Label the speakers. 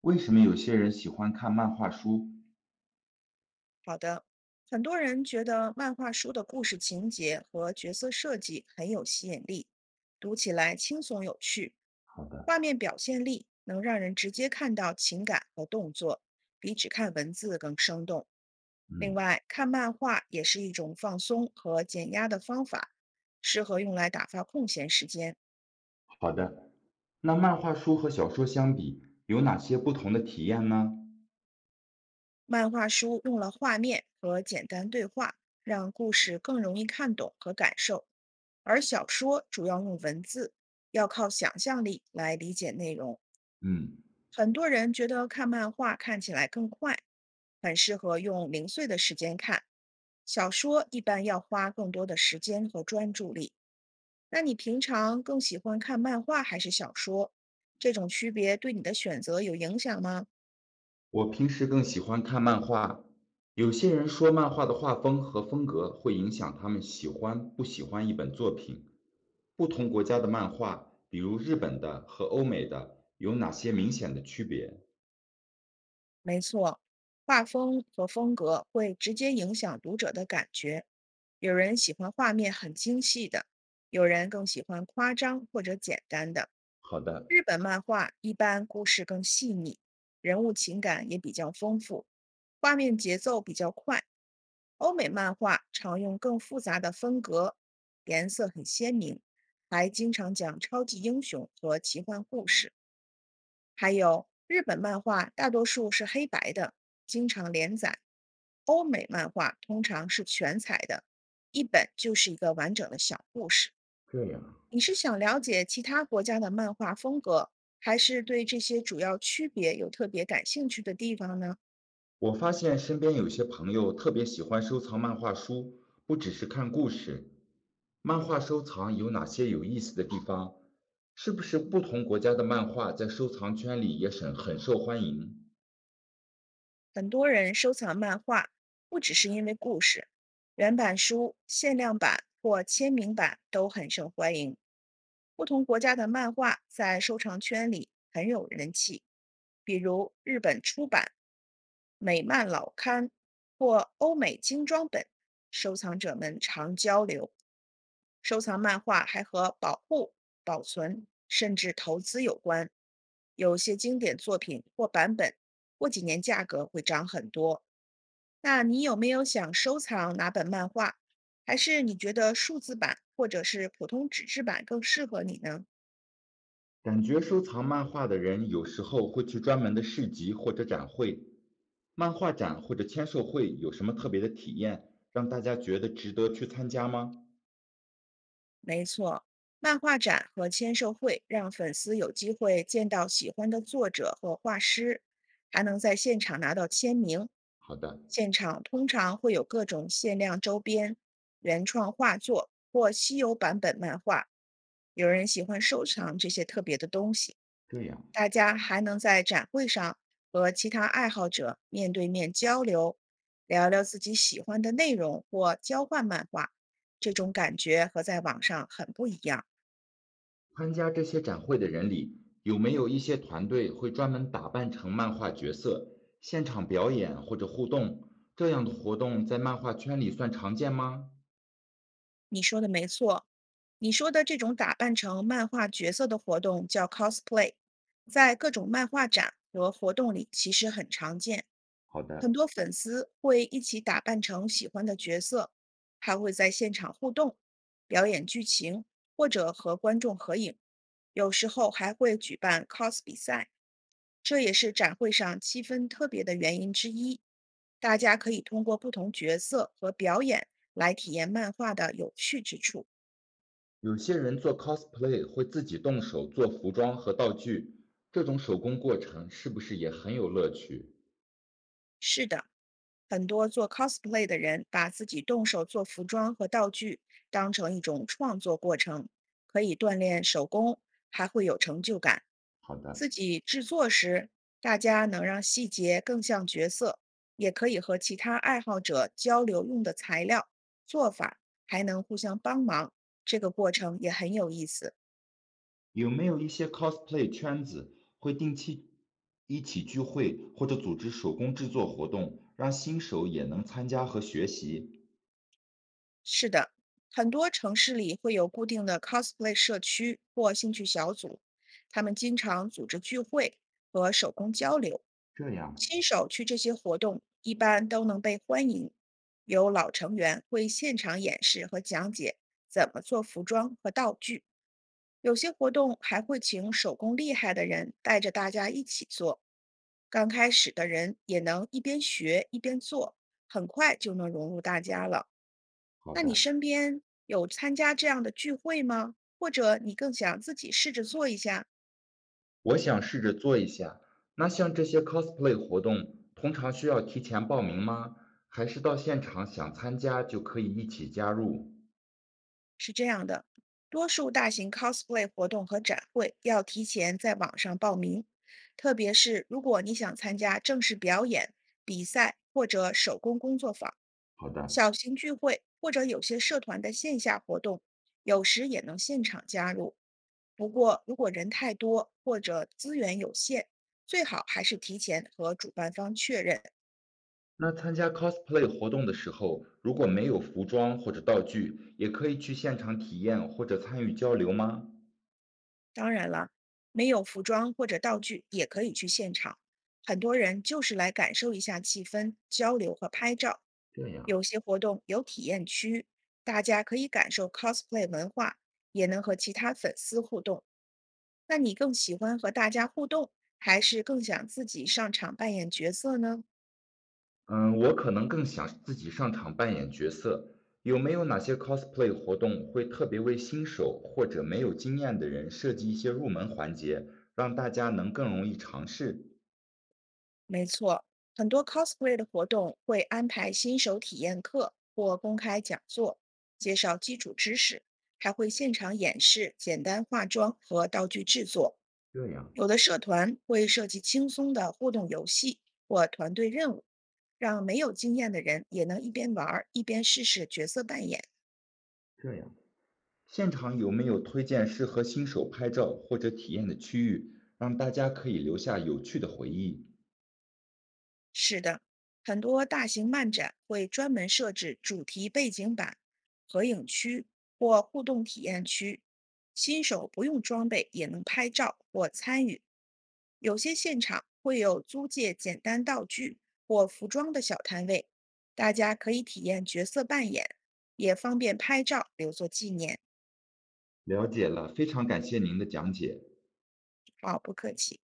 Speaker 1: 为什么有些人喜欢看漫画书？
Speaker 2: 好的，很多人觉得漫画书的故事情节和角色设计很有吸引力，读起来轻松有趣，
Speaker 1: 好的，
Speaker 2: 画面表现力能让人直接看到情感和动作，比只看文字更生动。另
Speaker 1: 嗯，
Speaker 2: 外，看漫画也是一种放松和减压的方法，适合用来打发空闲时间。
Speaker 1: 好的。那漫画书和小说相比，有哪些不同的体验呢？
Speaker 2: 漫画书用了画面和简单对话，让故事更容易看懂和感受，而小说主要用文字，要靠想象力来理解内容。
Speaker 1: 嗯，
Speaker 2: 很多人觉得看漫画看起来更快，很适合用零碎的时间看。小说一般要花更多的时间和专注力。那你平常更喜欢看漫画还是小说？这种区别对你的选择有影响吗？
Speaker 1: 我平时更喜欢看漫画。有些人说漫画的画风和风格会影响他们喜欢不喜欢一本作品。不同国家的漫画，比如日本的和欧美的，有哪些明显的区别？
Speaker 2: 没错，画风和风格会直接影响读者的感觉。有人喜欢画面很精细的，有人更喜欢夸张或者简单的。
Speaker 1: 好的，
Speaker 2: 日本漫画一般故事更细腻，人物情感也比较丰富，画面节奏比较快。欧美漫画常用更复杂的风格，颜色很鲜明，还经常讲超级英雄和奇幻故事。还有日本漫画大多数是黑白的，经常连载；欧美漫画通常是全彩的，一本就是一个完整的小故事。
Speaker 1: 这样。
Speaker 2: 你是想了解其他国家的漫画风格，还是对这些主要区别有特别感兴趣的地方呢？
Speaker 1: 我发现身边有些朋友特别喜欢收藏漫画书，不只是看故事。漫画收藏有哪些有意思的地方？是不是不同国家的漫画在收藏圈里也很受欢迎？
Speaker 2: 很多人收藏漫画，不只是因为故事，原版书、限量版或签名版都很受欢迎。不同国家的漫画在收藏圈里很有人气，比如日本出版美漫老刊或欧美精装本，收藏者们常交流。收藏漫画还和保护、保存甚至投资有关。有些经典作品或版本过几年价格会涨很多。那你有没有想收藏哪本漫画？还是你觉得数字版或者是普通纸质版更适合你呢？
Speaker 1: 感觉收藏漫画的人有时候会去专门的市集或者展会。漫画展或者签售会有什么特别的体验，让大家觉得值得去参加吗？
Speaker 2: 没错，漫画展和签售会让粉丝有机会见到喜欢的作者和画师，还能在现场拿到签名。
Speaker 1: 好的，
Speaker 2: 现场通常会有各种限量周边、原创画作或稀有版本漫画。有人喜欢收藏这些特别的东西。
Speaker 1: 这样。
Speaker 2: 大家还能在展会上和其他爱好者面对面交流，聊聊自己喜欢的内容或交换漫画，这种感觉和在网上很不一样。
Speaker 1: 参加这些展会的人里，有没有一些团队会专门打扮成漫画角色，现场表演或者互动？这样的活动在漫画圈里算常见吗？
Speaker 2: 你说的没错，你说的这种打扮成漫画角色的活动叫 cosplay，在各种漫画展和活动里其实很常见。
Speaker 1: 好的，
Speaker 2: 很多粉丝会一起打扮成喜欢的角色，还会在现场互动、表演剧情，或者和观众合影。有时候还会举办 cos 比赛，这也是展会上气氛特别的原因之一。大家可以通过不同角色和表演来体验漫画的有趣之处。
Speaker 1: 有些人做 cosplay 会自己动手做服装和道具，这种手工过程是不是也很有乐趣？
Speaker 2: 是的，很多做 cosplay 的人把自己动手做服装和道具当成一种创作过程，可以锻炼手工，还会有成就感。
Speaker 1: 好的，
Speaker 2: 自己制作时，大家能让细节更像角色，也可以和其他爱好者交流用的材料、做法，还能互相帮忙。这个过程也很有意思。
Speaker 1: 有没有一些 cosplay 圈子会定期一起聚会或者组织手工制作活动，让新手也能参加和学习？
Speaker 2: 是的，很多城市里会有固定的 cosplay 社区或兴趣小组，他们经常组织聚会和手工交流。
Speaker 1: 这样
Speaker 2: 新手去这些活动一般都能被欢迎，有老成员会现场演示和讲解怎么做服装和道具。有些活动还会请手工厉害的人带着大家一起做，刚开始的人也能一边学一边做，很快就能融入大家了。
Speaker 1: 好
Speaker 2: 那你
Speaker 1: 的，
Speaker 2: 身边有参加这样的聚会吗？或者你更想自己试着做一下？
Speaker 1: 我想试着做一下。那像这些 cosplay 活动，通常需要提前报名吗？还是到现场想参加就可以一起加入？
Speaker 2: 是这样的，多数大型 cosplay 活动和展会要提前在网上报名，特别是如果你想参加正式表演、比赛或者手工工作坊。
Speaker 1: 好的，
Speaker 2: 小型聚会或者有些社团的线下活动，有时也能现场加入。不过，如果人太多或者资源有限，最好还是提前和主办方确认。
Speaker 1: 那参加 cosplay 活动的时候，如果没有服装或者道具，也可以去现场体验或者参与交流吗？
Speaker 2: 当然了，没有服装或者道具也可以去现场，很多人就是来感受一下气氛、交流和拍照。
Speaker 1: 这样。
Speaker 2: 有些活动有体验区，大家可以感受 cosplay 文化，也能和其他粉丝互动。那你更喜欢和大家互动，还是更想自己上场扮演角色呢？
Speaker 1: 嗯，我可能更想自己上场扮演角色。有没有哪些 cosplay 活动会特别为新手或者没有经验的人设计一些入门环节，让大家能更容易尝试？
Speaker 2: 没错，很多 cosplay 的活动会安排新手体验课或公开讲座，介绍基础知识，还会现场演示简单化妆和道具制作。
Speaker 1: 这样，
Speaker 2: 有的社团会设计轻松的互动游戏或团队任务，让没有经验的人也能一边玩儿一边试试角色扮演。
Speaker 1: 这样。现场有没有推荐适合新手拍照或者体验的区域，让大家可以留下有趣的回忆？
Speaker 2: 是的，很多大型漫展会专门设置主题背景板、合影区或互动体验区，新手不用装备也能拍照或参与。有些现场会有租借简单道具或服装的小摊位，大家可以体验角色扮演，也方便拍照留作纪念。
Speaker 1: 了解了，非常感谢您的讲解。
Speaker 2: 好，不客气。